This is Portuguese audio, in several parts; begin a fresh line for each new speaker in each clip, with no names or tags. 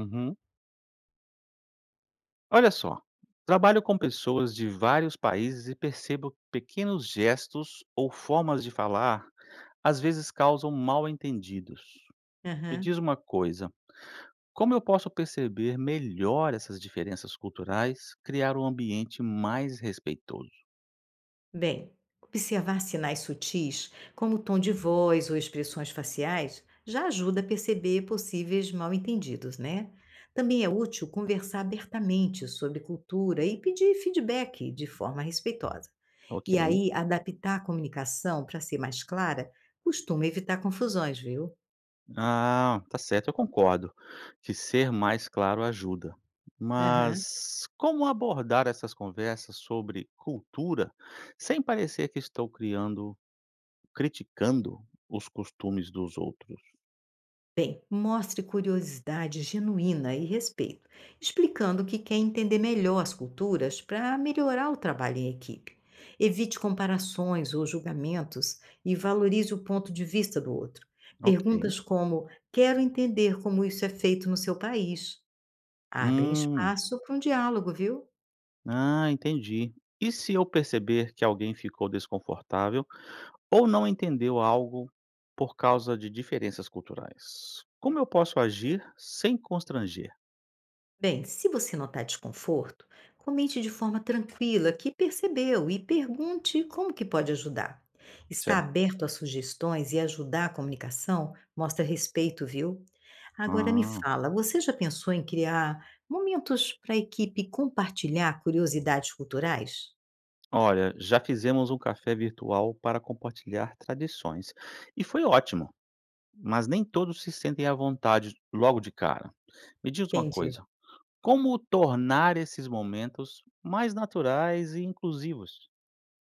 Uhum. Olha só, trabalho com pessoas de vários países e percebo que pequenos gestos ou formas de falar às vezes causam mal-entendidos. Me
Aham.
diz uma coisa, como eu posso perceber melhor essas diferenças culturais, criar um ambiente mais respeitoso?
Bem, observar sinais sutis, como o tom de voz ou expressões faciais, já ajuda a perceber possíveis mal-entendidos, né? Também é útil conversar abertamente sobre cultura e pedir feedback de forma respeitosa.
Ok.
E aí, adaptar a comunicação para ser mais clara costuma evitar confusões, viu?
Ah, tá certo, eu concordo que ser mais claro ajuda.
Aham.
Mas como abordar essas conversas sobre cultura sem parecer que estou criando criticando os costumes dos outros?
Bem, mostre curiosidade genuína e respeito, explicando que quer entender melhor as culturas para melhorar o trabalho em equipe. Evite comparações ou julgamentos e valorize o ponto de vista do outro.
Ok.
Perguntas como: quero entender como isso é feito no seu país. Abrem
Hum.
espaço para um diálogo, viu?
Ah, entendi. E se eu perceber que alguém ficou desconfortável ou não entendeu algo por causa de diferenças culturais? Como eu posso agir sem constranger?
Bem, se você notar desconforto, comente de forma tranquila que percebeu e pergunte como que pode ajudar. Estar
Certo.
aberto a sugestões e ajudar a comunicação mostra respeito, viu? Agora me
Ah.
fala, você já pensou em criar momentos para a equipe compartilhar curiosidades culturais?
Olha, já fizemos um café virtual para compartilhar tradições e foi ótimo, mas nem todos se sentem à vontade logo de cara. Me diz uma
Entendi.
coisa. Como tornar esses momentos mais naturais e inclusivos?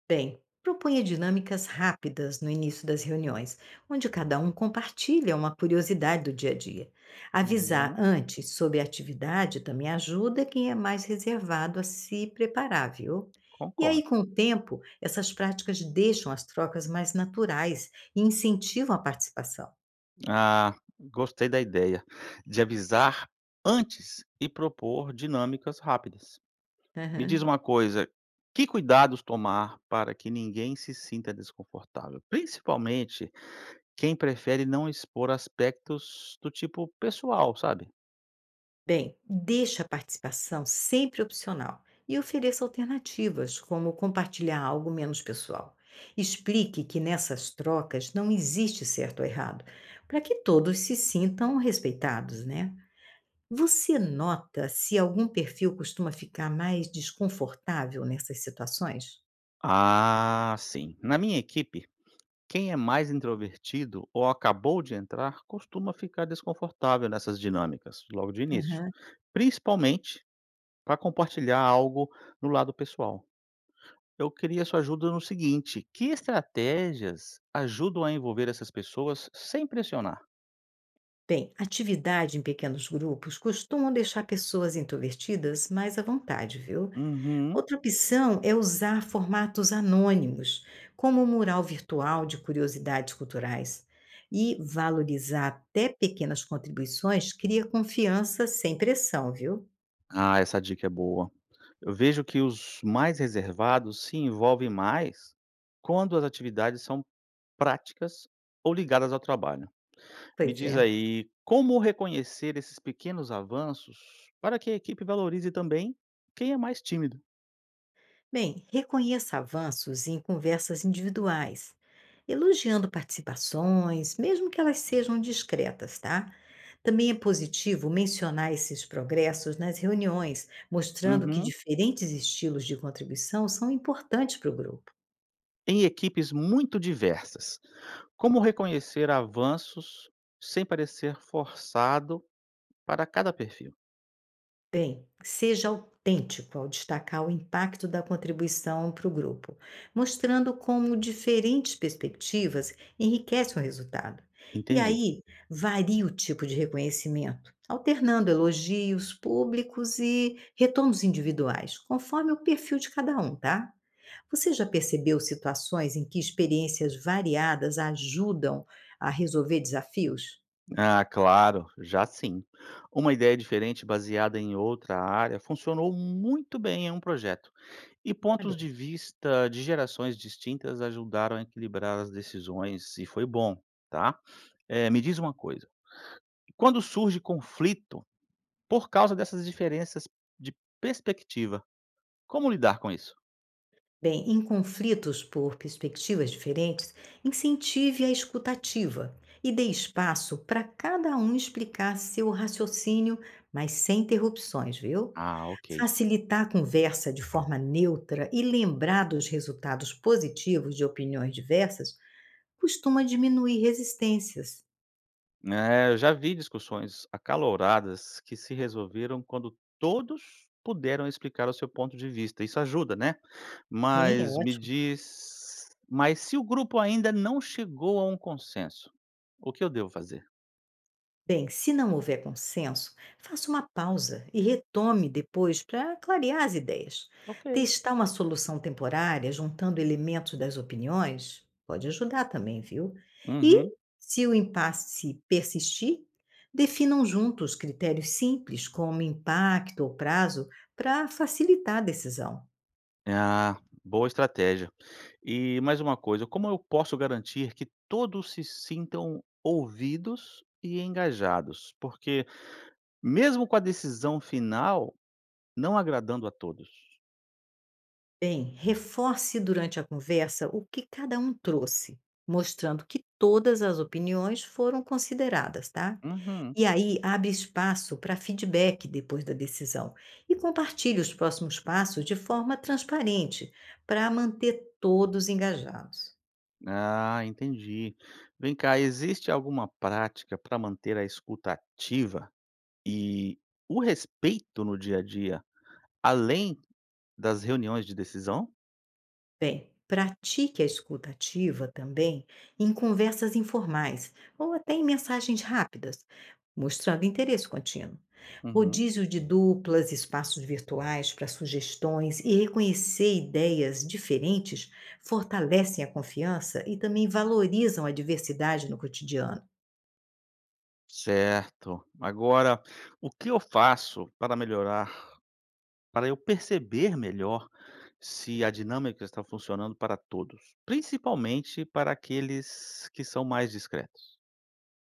Bem, proponha dinâmicas rápidas no início das reuniões, onde cada um compartilha uma curiosidade do dia a dia. Avisar
Uhum.
antes sobre a atividade também ajuda quem é mais reservado a se preparar, viu? E aí,
Concordo.
com o tempo, essas práticas deixam as trocas mais naturais e incentivam a participação.
Ah, gostei da ideia de avisar antes e propor dinâmicas rápidas. Me diz
Aham.
uma coisa, que cuidados tomar para que ninguém se sinta desconfortável? Principalmente quem prefere não expor aspectos do tipo pessoal, sabe?
Bem, deixe a participação sempre opcional e ofereça alternativas, como compartilhar algo menos pessoal. Explique que nessas trocas não existe certo ou errado, para que todos se sintam respeitados, né? Você nota se algum perfil costuma ficar mais desconfortável nessas situações?
Ah, sim. Na minha equipe, quem é mais introvertido ou acabou de entrar costuma ficar desconfortável nessas dinâmicas logo de início,
Aham.
principalmente para compartilhar algo no lado pessoal. Eu queria sua ajuda no seguinte: que estratégias ajudam a envolver essas pessoas sem pressionar?
Bem, atividade em pequenos grupos costumam deixar pessoas introvertidas mais à vontade, viu?
Uhum.
Outra opção é usar formatos anônimos, como um mural virtual de curiosidades culturais. E valorizar até pequenas contribuições cria confiança sem pressão, viu?
Ah, essa dica é boa. Eu vejo que os mais reservados se envolvem mais quando as atividades são práticas ou ligadas ao trabalho. Me
Pois
diz
é.
aí, como reconhecer esses pequenos avanços para que a equipe valorize também quem é mais tímido?
Bem, reconheça avanços em conversas individuais, elogiando participações, mesmo que elas sejam discretas, tá? Também é positivo mencionar esses progressos nas reuniões, mostrando que
Uhum.
diferentes estilos de contribuição são importantes para o grupo.
Em equipes muito diversas, como reconhecer avanços sem parecer forçado para cada perfil?
Bem, seja autêntico ao destacar o impacto da contribuição para o grupo, mostrando como diferentes perspectivas enriquecem o resultado. E
Entendi.
aí, varia o tipo de reconhecimento, alternando elogios públicos e retornos individuais, conforme o perfil de cada um, tá? Você já percebeu situações em que experiências variadas ajudam a resolver desafios?
Ah, claro, já sim. Uma ideia diferente baseada em outra área funcionou muito bem em um projeto. E
Olha,
pontos de vista de gerações distintas ajudaram a equilibrar as decisões e foi bom, tá? Me diz uma coisa, quando surge conflito por causa dessas diferenças de perspectiva, como lidar com isso?
bem, em conflitos por perspectivas diferentes, incentive a escutativa e dê espaço para cada um explicar seu raciocínio, mas sem interrupções, viu?
Ah, ok.
Facilitar a conversa de forma neutra e lembrar dos resultados positivos de opiniões diversas costuma diminuir resistências.
É, eu já vi discussões acaloradas que se resolveram quando todos puderam explicar o seu ponto de vista. Isso ajuda, né?
Sim, é
Mas me
ótimo.
diz, mas se o grupo ainda não chegou a um consenso, o que eu devo fazer?
Bem, se não houver consenso, faça uma pausa e retome depois para clarear as ideias.
Ok.
Testar uma solução temporária, juntando elementos das opiniões, pode ajudar também, viu? E,
Uhum.
se o impasse persistir, definam juntos critérios simples, como impacto ou prazo, para facilitar a decisão.
Ah, boa estratégia. E mais uma coisa, como eu posso garantir que todos se sintam ouvidos e engajados? Porque mesmo com a decisão final, não agradando a todos.
Bem, reforce durante a conversa o que cada um trouxe, mostrando que todas as opiniões foram consideradas, tá?
Uhum.
E aí abre espaço para feedback depois da decisão e compartilhe os próximos passos de forma transparente para manter todos engajados.
Ah, entendi. Vem cá, existe alguma prática para manter a escuta ativa e o respeito no dia a dia, além das reuniões de decisão?
Bem, pratique a escuta ativa também em conversas informais ou até em mensagens rápidas, mostrando interesse contínuo.
Uhum.
Rodízio de duplas, espaços virtuais para sugestões e reconhecer ideias diferentes fortalecem a confiança e também valorizam a diversidade no cotidiano.
Certo. Agora, o que eu faço para melhorar, para eu perceber melhor se a dinâmica está funcionando para todos, principalmente para aqueles que são mais discretos?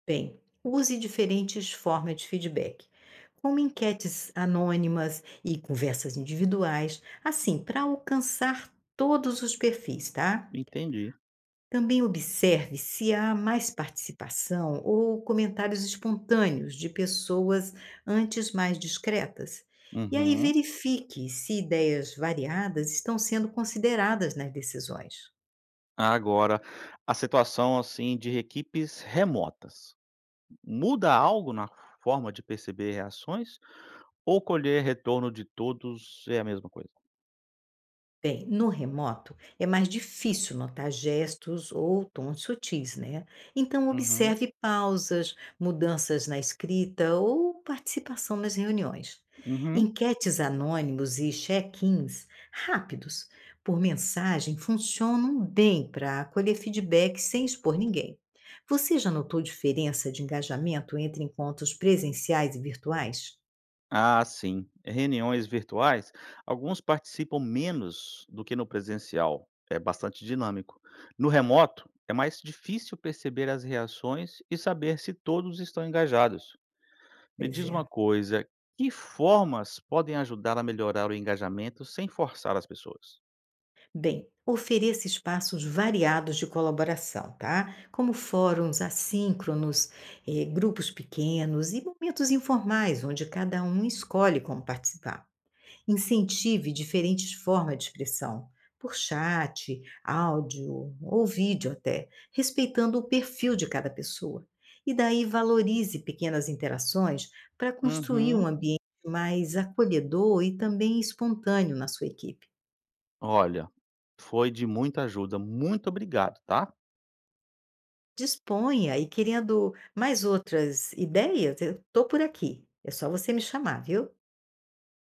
Bem, use diferentes formas de feedback, como enquetes anônimas e conversas individuais, assim, para alcançar todos os perfis, tá?
Entendi.
Também observe se há mais participação ou comentários espontâneos de pessoas antes mais discretas. E aí
Uhum.
verifique se ideias variadas estão sendo consideradas nas decisões.
Agora, a situação assim de equipes remotas, muda algo na forma de perceber reações ou colher retorno de todos é a mesma coisa?
Bem, no remoto é mais difícil notar gestos ou tons sutis, né? Então,
Uhum,
observe pausas, mudanças na escrita ou participação nas reuniões.
uhum.
Enquetes anônimos e check-ins rápidos por mensagem funcionam bem para colher feedback sem expor ninguém. Você já notou diferença de engajamento entre encontros presenciais e virtuais?
Ah, sim. Reuniões virtuais, alguns participam menos do que no presencial. É bastante dinâmico. No remoto, é mais difícil perceber as reações e saber se todos estão engajados. Me
Pois
diz
é.
uma coisa, que formas podem ajudar a melhorar o engajamento sem forçar as pessoas?
Bem, ofereça espaços variados de colaboração, tá? Como fóruns assíncronos, grupos pequenos e momentos informais, onde cada um escolhe como participar. Incentive diferentes formas de expressão, por chat, áudio ou vídeo até, respeitando o perfil de cada pessoa. E daí valorize pequenas interações para construir um
Uhum.
ambiente mais acolhedor e também espontâneo na sua equipe.
Olha, foi de muita ajuda. Muito obrigado, tá?
Disponha e querendo mais outras ideias, eu estou por aqui. É só você me chamar, viu?